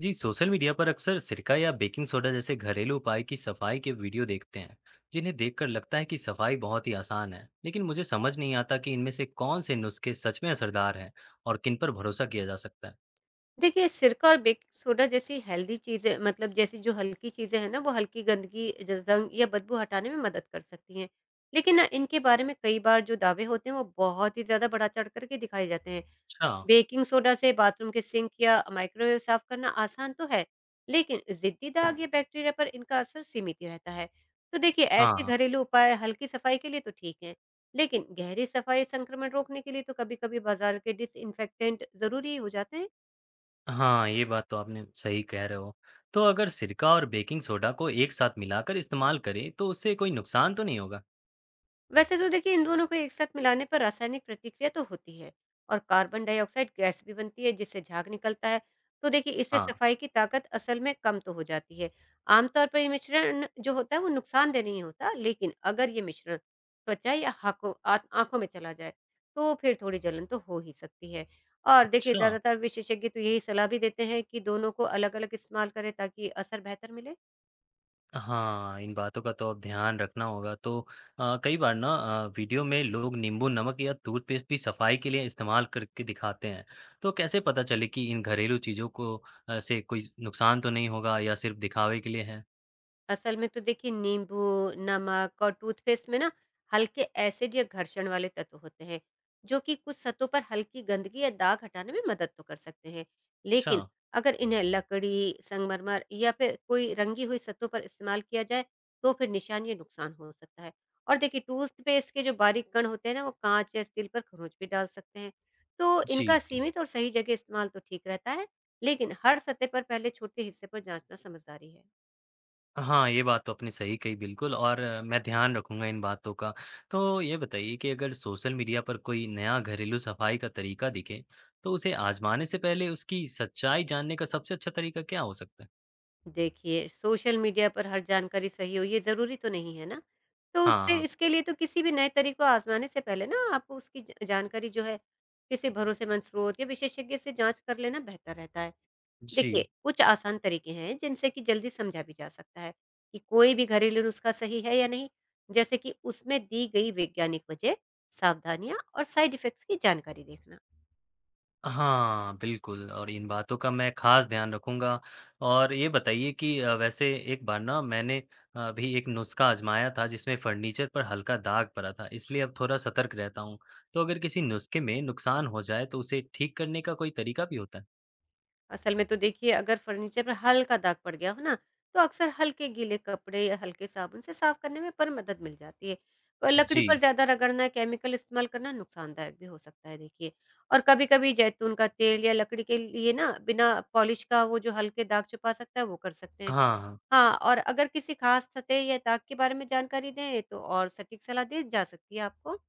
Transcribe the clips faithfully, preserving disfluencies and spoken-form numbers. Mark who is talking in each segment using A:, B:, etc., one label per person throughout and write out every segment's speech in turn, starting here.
A: जी social media पर अक्सर सिरका या बेकिंग सोडा जैसे घरेलू उपाय की सफाई के वीडियो देखते हैं जिन्हें देखकर लगता है कि सफाई बहुत ही आसान है। लेकिन मुझे समझ नहीं आता कि इनमें से कौन से नुस्खे सच में असरदार हैं और किन पर भरोसा किया जा सकता है।
B: देखिए, सिरका और बेकिंग सोडा जैसी हेल्दी चीज़ें मतलब जैसी जो हल्की चीज़ें हैं ना, वो हल्की गंदगी, ज ज़ंग या बदबू हटाने में मदद कर सकती हैं। लेकिन ना इनके बारे में कई बार जो दावे होते हैं, वो बहुत ही ज़्यादा बढ़ा-चढ़ कर के दिखाए जाते हैं।
A: अच्छा।
B: बेकिंग सोडा से बाथरूम के सिंक या माइक्रोवेव साफ़ करना आसान तो है, लेकिन ज़िद्दी दाग या बैक्टीरिया पर इनका असर सीमित ही रहता है। तो देखिए,
A: हाँ
B: ऐसे
A: हाँ।
B: घरेलू उपाय हल्की सफाई के लिए तो ठीक हैं, लेकिन गहरी सफाई संक्रमण रोकने के लिए तो कभी-कभी बाज़ार के डिसइन्फेक्टेंट ज़रूरी हो जाते हैं।
A: हाँ, ये बात तो आपने सही कह रहे हो। तो अगर सिरका और बेकिंग सोडा को एक साथ मिलाकर इस्तेमाल करें तो उससे कोई नुकसान तो नहीं होगा?
B: वैसे तो देखिए इन दोनों को एक साथ मिलाने पर रासायनिक प्रतिक्रिया तो होती है और कार्बन डाइऑक्साइड गैस भी बनती है जिससे झाग निकलता है। तो देखिए इससे
A: हाँ।
B: सफाई की ताकत असल में कम तो हो जाती है। आमतौर पर ये मिश्रण जो होता है वो नुकसानदेह नहीं होता, लेकिन अगर ये मिश्रण त्वचा या हाको- आंख- आंखों में चला जाए तो फिर थोड़ी जलन तो हो ही सकती है। और देखिए
A: अच्छा।
B: ज्यादातर विशेषज्ञ तो यही सलाह भी देते हैं कि दोनों को अलग अलग इस्तेमाल करें ताकि असर बेहतर मिले।
A: हाँ, इन बातों का तो अब ध्यान रखना होगा। तो अ, कई बार ना अ, वीडियो में लोग नींबू नमक या टूथपेस्ट भी सफाई के लिए इस्तेमाल करके दिखाते हैं। तो कैसे पता चले कि इन घरेलू चीज़ों को अ, से कोई नुकसान तो नहीं होगा या सिर्फ दिखावे के लिए है?
B: असल में तो देखिए नींबू, नमक और टूथपेस्ट में ना हल्के एसिड या घर्षण वाले तत्व होते हैं जो कि कुछ सतहों पर हल्की गंदगी या दाग हटाने में मदद तो कर सकते हैं,
A: अच्छा।
B: लेकिन अगर इन्हें लकड़ी, संगमरमर या फिर कोई रंगी हुई सतहों पर इस्तेमाल किया जाए तो फिर निशान या नुकसान हो सकता है। और देखिए टूथपेस्ट के जो बारीक कण होते हैं ना वो कांच या स्टील पर खरोंच भी डाल सकते हैं। तो
A: जी।
B: इनका
A: जी।
B: सीमित और सही जगह इस्तेमाल तो ठीक रहता है, लेकिन हर सतह पर पहले छोटे हिस्से पर जांचना समझदारी है।
A: हाँ, ये बात तो आपने सही कही बिल्कुल। और अ, मैं ध्यान रखूंगा इन बातों का। तो ये बताइए कि अगर सोशल मीडिया पर कोई नया घरेलू सफाई का तरीका दिखे तो उसे आजमाने से पहले उसकी सच्चाई जानने का सबसे अच्छा तरीका क्या हो सकता है?
B: देखिए, सोशल मीडिया पर हर जानकारी सही हो ये ज़रूरी तो नहीं है ना? तो
A: हाँ
B: फिर
A: हाँ।
B: इसके लिए तो किसी भी नए तरीक़े को आज़माने से पहले ना आप उसकी ज जानकारी जो है किसी भरोसेमंद स्रोत या विशेषज्ञ से जाँच कर लेना बेहतर रहता है। देखिए,
A: जी।
B: कुछ आसान तरीक़े हैं जिनसे कि जल्दी समझा भी जा सकता है कि कोई भी घरेलू नुस्खा सही है या नहीं। जैसे कि उसमें दी गई वैज्ञानिक वजह, सावधानियाँ और साइड इफ़ेक्ट्स की जानकारी देखना।
A: हाँ, बिल्कुल, और इन बातों का मैं ख़ास ध्यान रखूँगा। और ये बताइए कि अ, वैसे एक बार ना मैंने अ, भी एक नुस्ख़ा आज़माया था जिसमें फ़र्नीचर पर हल्का दाग पड़ा था, इसलिए अब थोड़ा सतर्क रहता हूँ। तो अगर किसी नुस्ख़े में नुकसान हो जाए तो उसे ठीक करने का कोई तरीका भी होता है?
B: असल में तो देखिए अगर फर्नीचर पर हल्का दाग पड़ गया हो ना तो अक्सर हल्के गीले कपड़े या हल्के साबुन से साफ करने में पर मदद मिल जाती है। पर लकड़ी
A: जी।
B: पर ज्यादा रगड़ना केमिकल इस्तेमाल करना नुकसानदायक भी हो सकता है देखिए। और कभी कभी जैतून का तेल या लकड़ी के लिए ना बिना पॉलिश का वो जो हल्के दाग छुपा सकता है वो कर सकते हैं।
A: हाँ, हाँ।
B: हाँ, और अगर किसी खास सतह या दाग के बारे में जानकारी दें तो और सटीक सलाह दी जा सकती है आपको।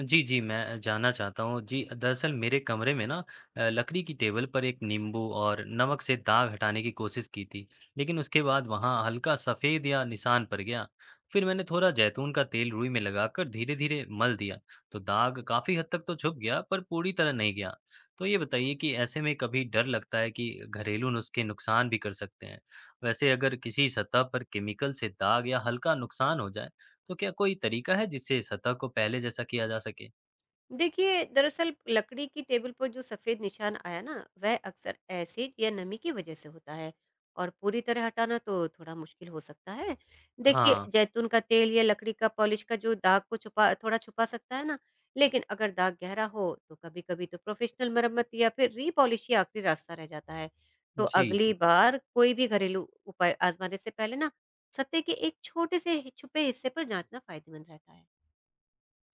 A: जी, जी, मैं जानना चाहता हूँ। जी, दरअसल मेरे कमरे में ना अ, लकड़ी की टेबल पर एक नींबू और नमक से दाग हटाने की कोशिश की थी, लेकिन उसके बाद वहाँ हल्का सफ़ेद या निशान पड़ गया। फिर मैंने थोड़ा जैतून का तेल रुई में लगाकर धीरे-धीरे मल दिया, तो दाग काफ़ी हद तक तो छुप गया, पर पूरी तरह नहीं गया। तो ये बताइए कि ऐसे में कभी डर लगता है कि घरेलू नुस्खे नुकसान भी कर सकते हैं। वैसे अगर किसी सतह पर केमिकल से दाग या हल्का नुकसान हो जाए, तो क्या कोई तरीका है जिससे सतह को पहले जैसा किया जा सके?
B: देखिए दरअसल लकड़ी की टेबल पर जो सफेद निशान आया ना वह अक्सर एसिड या नमी की वजह से होता है और पूरी तरह हटाना तो थोड़ा मुश्किल हो सकता है। देखिए
A: हाँ,
B: जैतून का तेल या लकड़ी का पॉलिश का जो दाग को छुपा थोड़ा छुपा सकता है ना, लेकिन अगर दाग गहरा हो तो कभी कभी तो प्रोफेशनल मरम्मत या फिर रीपॉलिश ही आखिरी रास्ता रह जाता है। तो
A: जी,
B: अगली
A: जी।
B: बार कोई भी घरेलू उपाय आजमाने से पहले ना सतह के एक छोटे से छुपे हिस्से पर जांचना फायदेमंद रहता है।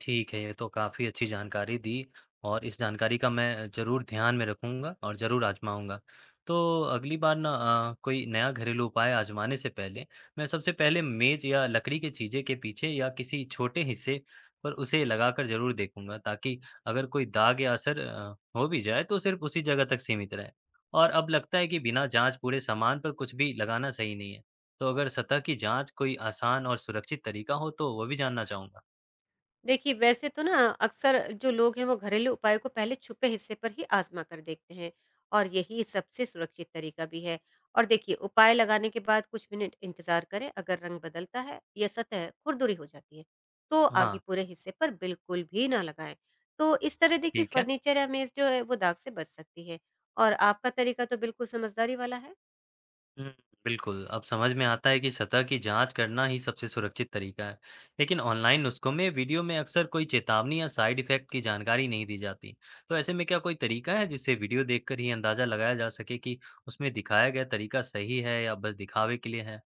A: ठीक है, ये तो काफ़ी अच्छी जानकारी दी और इस जानकारी का मैं ज़रूर ध्यान में रखूँगा और ज़रूर आज़माऊँगा। तो अगली बार ना अ, कोई नया घरेलू उपाय आज़माने से पहले मैं सबसे पहले मेज़ या लकड़ी की चीज़ें के पीछे या किसी छोटे हिस्से पर उसे लगाकर ज़रूर देखूँगा, ताकि अगर कोई दाग या असर अ, हो भी जाए तो सिर्फ़ उसी जगह तक सीमित रहे। और अब लगता है कि बिना जाँच पूरे सामान पर कुछ भी लगाना सही नहीं है। तो अगर सतह की जाँच कोई आसान और सुरक्षित तरीका हो तो वो भी जानना चाहूँगा।
B: देखिए वैसे तो ना अक्सर जो लोग हैं वो घरेलू उपायों को पहले छुपे हिस्से पर ही आजमा कर देखते हैं और यही सबसे सुरक्षित तरीका भी है। और देखिए उपाय लगाने के बाद कुछ मिनट इंतजार करें, अगर रंग बदलता है या सतह खुरदुरी हो जाती है तो आगे
A: हाँ।
B: पूरे हिस्से पर बिल्कुल भी ना लगाएं। तो इस तरह देखिए
A: ठीक है।
B: फर्नीचर या मेज जो है वो दाग से बच सकती है। और आपका तरीका तो बिल्कुल समझदारी वाला है।
A: हुँ, बिल्कुल, अब समझ में आता है कि सतह की जाँच करना ही सबसे सुरक्षित तरीका है। लेकिन ऑनलाइन नुस्खों में वीडियो में अक्सर कोई चेतावनी या साइड इफ़ेक्ट की जानकारी नहीं दी जाती। तो ऐसे में क्या कोई तरीका है जिससे वीडियो देखकर ही अंदाज़ा लगाया जा सके कि उसमें दिखाया गया तरीका सही है या बस दिखावे के लिए है?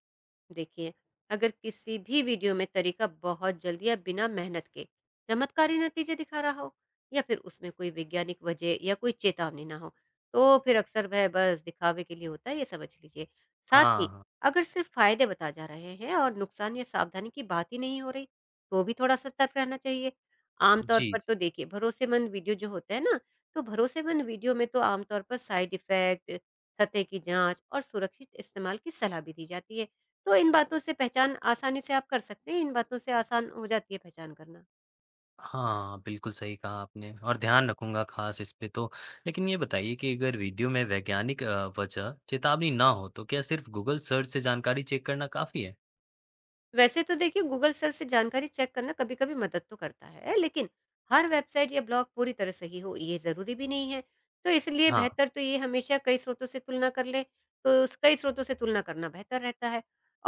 B: देखिए, अगर किसी भी वीडियो में तरीका बहुत जल्दी या बिना मेहनत के चमत्कारी नतीजे दिखा रहा हो या फिर उसमें कोई वैज्ञानिक वजह या कोई चेतावनी ना हो तो फिर अक्सर वह बस दिखावे के लिए होता है ये समझ लीजिए। साथ
A: हाँ,
B: ही
A: हाँ।
B: अगर सिर्फ फायदे बता जा रहे हैं और नुकसान या सावधानी की बात ही नहीं हो रही तो भी थोड़ा सतर्क रहना चाहिए। आमतौर पर
A: जी।
B: तो देखिए भरोसेमंद वीडियो जो होते हैं ना, तो भरोसेमंद वीडियो में तो आमतौर पर साइड इफेक्ट, सतह की जांच और सुरक्षित इस्तेमाल की सलाह भी दी जाती है। तो इन बातों से पहचान आसानी से आप कर सकते हैं, इन बातों से आसान हो जाती है पहचान करना।
A: हाँ, बिल्कुल सही कहा आपने और ध्यान रखूँगा ख़ास इस पे तो। लेकिन ये बताइए कि अगर वीडियो में वैज्ञानिक अ, वजह चेतावनी ना हो तो क्या सिर्फ़ गूगल सर्च से जानकारी चेक करना काफ़ी है?
B: वैसे तो देखिए गूगल सर्च से जानकारी चेक करना कभी कभी मदद तो करता है, लेकिन हर वेबसाइट या ब्लॉग पूरी तरह सही हो ये जरूरी भी नहीं है। तो इसलिए
A: हाँ।
B: बेहतर तो ये हमेशा कई स्रोतों से तुलना कर ले तो उस कई स्रोतों से तुलना करना बेहतर रहता है।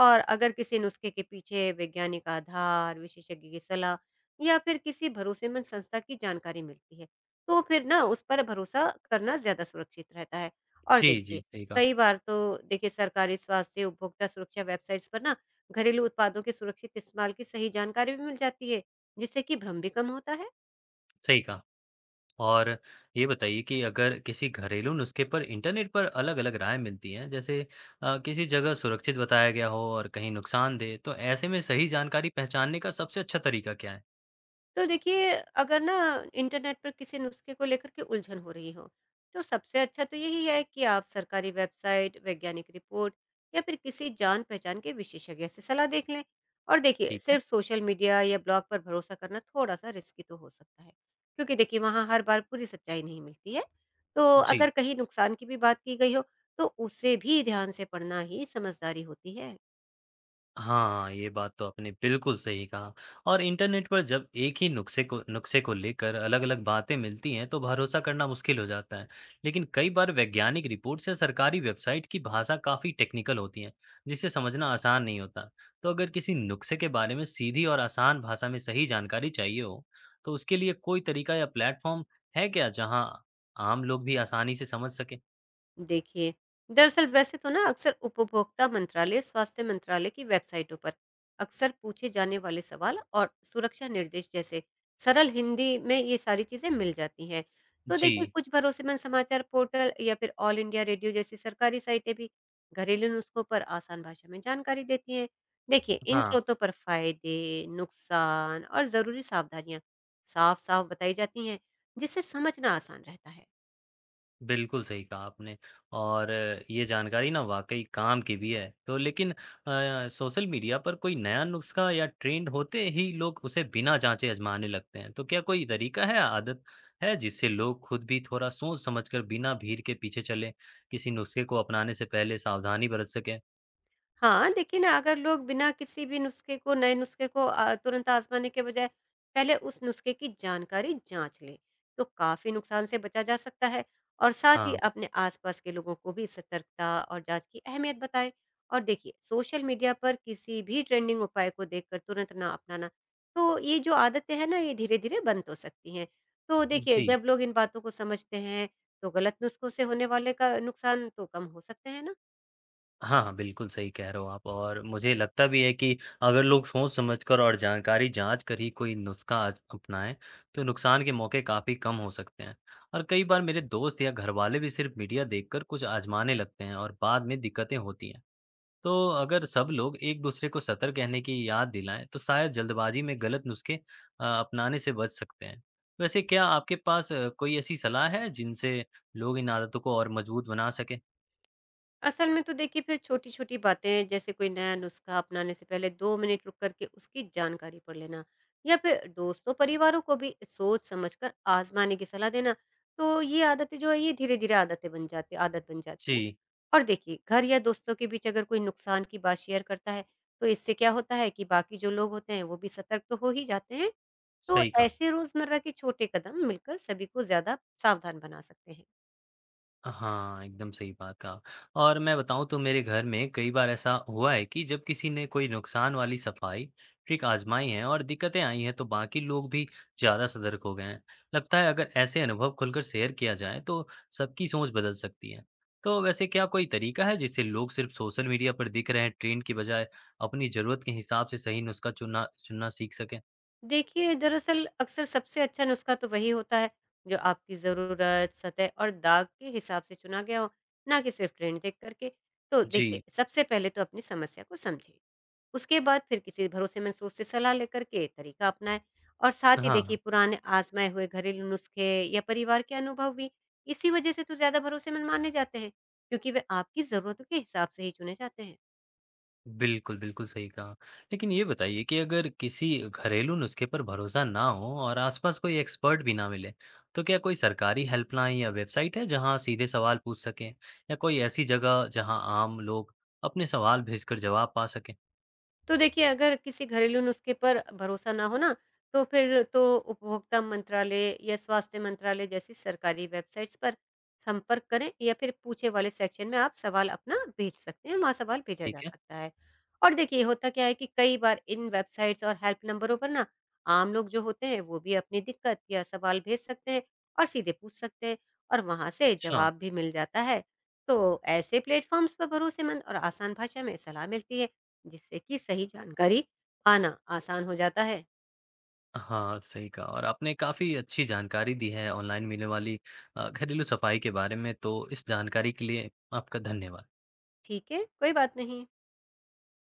B: और अगर किसी नुस्खे के पीछे वैज्ञानिक आधार, विशेषज्ञ की सलाह या फिर किसी भरोसेमंद संस्था की जानकारी मिलती है तो फिर ना उस पर भरोसा करना ज्यादा सुरक्षित रहता है। और
A: जी, जी,
B: देखिए
A: सही कहा
B: कई बार तो देखिए सरकारी स्वास्थ्य उपभोक्ता सुरक्षा वेबसाइट्स पर ना घरेलू उत्पादों के सुरक्षित इस्तेमाल की सही जानकारी भी मिल जाती है, जिससे कि भ्रम भी कम होता है।
A: सही कहा। और ये बताइए कि अगर किसी घरेलू नुस्खे पर इंटरनेट पर अलग-अलग राय मिलती हैं, जैसे अ, किसी जगह सुरक्षित बताया गया हो और कहीं नुकसानदेह, तो ऐसे में सही जानकारी पहचानने का सबसे अच्छा तरीका क्या है?
B: तो देखिए अगर ना इंटरनेट पर किसी नुस्खे को लेकर के उलझन हो रही हो तो सबसे अच्छा तो यही है कि आप सरकारी वेबसाइट, वैज्ञानिक रिपोर्ट या फिर किसी जान पहचान के विशेषज्ञ से सलाह देख लें। और देखिए
A: ठीक है।
B: सिर्फ सोशल मीडिया या ब्लॉग पर भरोसा करना थोड़ा सा रिस्की तो हो सकता है क्योंकि देखिए वहाँ हर बार पूरी सच्चाई नहीं मिलती है। तो
A: जी।
B: अगर कहीं नुकसान की भी बात की गई हो तो उसे भी ध्यान से पढ़ना ही समझदारी होती है।
A: हाँ, ये बात तो आपने बिल्कुल सही कहा। और इंटरनेट पर जब एक ही नुस्खे को नुस्खे को लेकर अलग-अलग बातें मिलती हैं, तो भरोसा करना मुश्किल हो जाता है। लेकिन कई बार वैज्ञानिक रिपोर्ट्स या सरकारी वेबसाइट की भाषा काफ़ी टेक्निकल होती है, जिसे समझना आसान नहीं होता। तो अगर किसी नुस्खे के बारे में सीधी और आसान भाषा में सही जानकारी चाहिए हो, तो उसके लिए कोई तरीका या प्लेटफ़ॉर्म है क्या, जहाँ आम लोग भी आसानी से समझ सकें?
B: देखिए, दरअसल वैसे तो ना अक्सर उपभोक्ता मंत्रालय, स्वास्थ्य मंत्रालय की वेबसाइटों पर अक्सर पूछे जाने वाले सवाल और सुरक्षा निर्देश जैसे सरल हिंदी में ये सारी चीज़ें मिल जाती हैं। तो देखिए
A: जी,
B: कुछ भरोसेमंद समाचार पोर्टल या फिर ऑल इंडिया रेडियो जैसी सरकारी साइटें भी घरेलू नुस्खों पर आसान भाषा में जानकारी देती हैं। देखिए, इन
A: हाँ।
B: स्रोतों पर फ़ायदे, नुकसान और ज़रूरी सावधानियाँ साफ-साफ बताई जाती हैं, जिससे समझना आसान रहता है।
A: बिल्कुल सही कहा आपने। और अ, ये जानकारी ना वाक़ई काम की भी है। तो लेकिन अ, सोशल मीडिया पर कोई नया नुस्ख़ा या ट्रेंड होते ही लोग उसे बिना जाँचे आज़माने लगते हैं। तो क्या कोई तरीका है, आदत है जिससे लोग खुद भी थोड़ा सोच-समझ कर बिना भीड़ के पीछे चलें? किसी नुस्ख़े को अपनाने से पहले सावधानी बरत सकें?
B: हाँ, देखिए ना अगर लोग बिना किसी भी नुस्खे को नए नुस्खे को अ, तुरंत आज़माने के बजाय पहले उस नुस्खे की जानकारी जाँच लें, तो काफ़ी नुकसान से बचा जा सकता है और साथ ही
A: हाँ।
B: अपने आसपास के लोगों को भी सतर्कता और जाँच की अहमियत बताएं। और देखिए सोशल मीडिया पर किसी भी ट्रेंडिंग उपाय को देखकर तुरंत ना अपनाना, तो ये जो आदतें हैं ना ये धीरे-धीरे बंद हो सकती हैं। तो देखिए
A: जी।
B: जब लोग इन बातों को समझते हैं, तो गलत नुस्खों से होने वाले का नुकसान तो कम हो सकते हैं ना।
A: हाँ, हाँ, बिल्कुल सही कह रहे हो आप। और मुझे लगता भी है कि अगर लोग सोच-समझकर और जानकारी जाँच कर ही कोई नुस्खा आज अपनाएँ, तो नुकसान के मौके काफ़ी कम हो सकते हैं। और कई बार मेरे दोस्त या घरवाले भी सिर्फ मीडिया देखकर कुछ आज़माने लगते हैं और बाद में दिक्कतें होती हैं। तो अगर सब लोग एक-दूसरे को सतर्क रहने की याद दिलाएँ, तो शायद जल्दबाजी में गलत नुस्खे अ, अपनाने से बच सकते हैं। वैसे क्या आपके पास अ, कोई ऐसी सलाह है जिनसे लोग इन आदतों को और मजबूत बना सकें?
B: असल में तो देखिए फिर छोटी-छोटी बातें जैसे कोई नया नुस्खा अपनाने से पहले दो मिनट रुक करके उसकी जानकारी पढ़ लेना या फिर दोस्तों परिवारों को भी सोच समझकर आजमाने की सलाह देना। तो ये आदतें जो है ये धीरे-धीरे आदतें बन जाती आदत बन जाती है।
A: जी,
B: और देखिए घर या दोस्तों के बीच अगर कोई नुकसान की बात शेयर करता है तो इससे क्या होता है कि बाकी जो लोग होते हैं वो भी सतर्क तो हो ही जाते हैं। तो
A: सही कहा।
B: ऐसे रोज़मर्रा के छोटे कदम मिलकर सभी को ज़्यादा सावधान बना सकते हैं।
A: हाँ, एकदम सही बात कहा। और मैं बताऊँ तो मेरे घर में कई बार ऐसा हुआ है कि जब किसी ने कोई नुकसान वाली सफाई ट्रिक आजमाई है और दिक्कतें आई हैं तो बाकी लोग भी ज़्यादा सतर्क हो गए हैं। लगता है अगर ऐसे अनुभव खुलकर शेयर किया जाए तो सबकी सोच बदल सकती है। तो वैसे क्या कोई तरीका है जिससे लोग सिर्फ सोशल मीडिया पर दिख रहे ट्रेंड की बजाय अपनी ज़रूरत के हिसाब से सही नुस्खा चुनना चुनना सीख सकें?
B: देखिए, दरअसल अक्सर सबसे अच्छा नुस्खा तो वही होता है, जो आपकी ज़रूरत, सतह और दाग के हिसाब से चुना गया हो, ना कि सिर्फ़ ट्रेंड देख कर के। तो देखिए,
A: जी,
B: सबसे पहले तो अपनी समस्या को समझें, उसके बाद फिर किसी भरोसेमंद स्रोत से सलाह लेकर के तरीका अपनाएँ। और साथ
A: हाँ।
B: ही देखिए
A: हाँ।
B: पुराने आज़माए हुए घरेलू नुस्खे या परिवार के अनुभव भी इसी वजह से तो ज़्यादा भरोसेमंद माने जाते हैं, क्योंकि वे आपकी ज़रूरतों के हिसाब से ही चुने जाते हैं।
A: बिल्कुल, बिल्कुल सही कहा। लेकिन ये बताइए कि अगर किसी घरेलू नुस्खे पर भरोसा ना हो और आसपास कोई एक्सपर्ट भी ना मिले, तो क्या कोई सरकारी हेल्पलाइन या वेबसाइट है जहाँ सीधे सवाल पूछ सकें या कोई ऐसी जगह जहाँ आम लोग अपने सवाल भेजकर जवाब पा सकें?
B: तो देखिए, अगर किसी घरेलू नुस्खे पर भरोसा ना हो ना, तो फिर तो उपभोक्ता मंत्रालय या स्वास्थ्य मंत्रालय जैसी सरकारी वेबसाइट्स पर संपर्क करें या फिर पूछे वाले सेक्शन में आप सवाल अपना भेज सकते हैं, वहाँ सवाल भेजा जा
A: ठीक है।
B: सकता है। और देखिए, होता क्या है कि कई बार इन वेबसाइट्स और हेल्प नंबरों पर ना आम लोग जो होते हैं, वो भी अपनी दिक्कत या सवाल भेज सकते हैं और सीधे पूछ सकते हैं और वहाँ से
A: अच्छा।
B: जवाब भी मिल जाता है। तो ऐसे प्लेटफ़ॉर्म्स पर भरोसेमंद और आसान भाषा में सलाह मिलती है, जिससे कि सही जानकारी पाना आसान हो जाता है।
A: हाँ, सही कहा और आपने काफ़ी अच्छी जानकारी दी है ऑनलाइन मिलने वाली अ, घरेलू सफाई के बारे में, तो इस जानकारी के लिए आपका धन्यवाद।
B: ठीक है, कोई बात नहीं।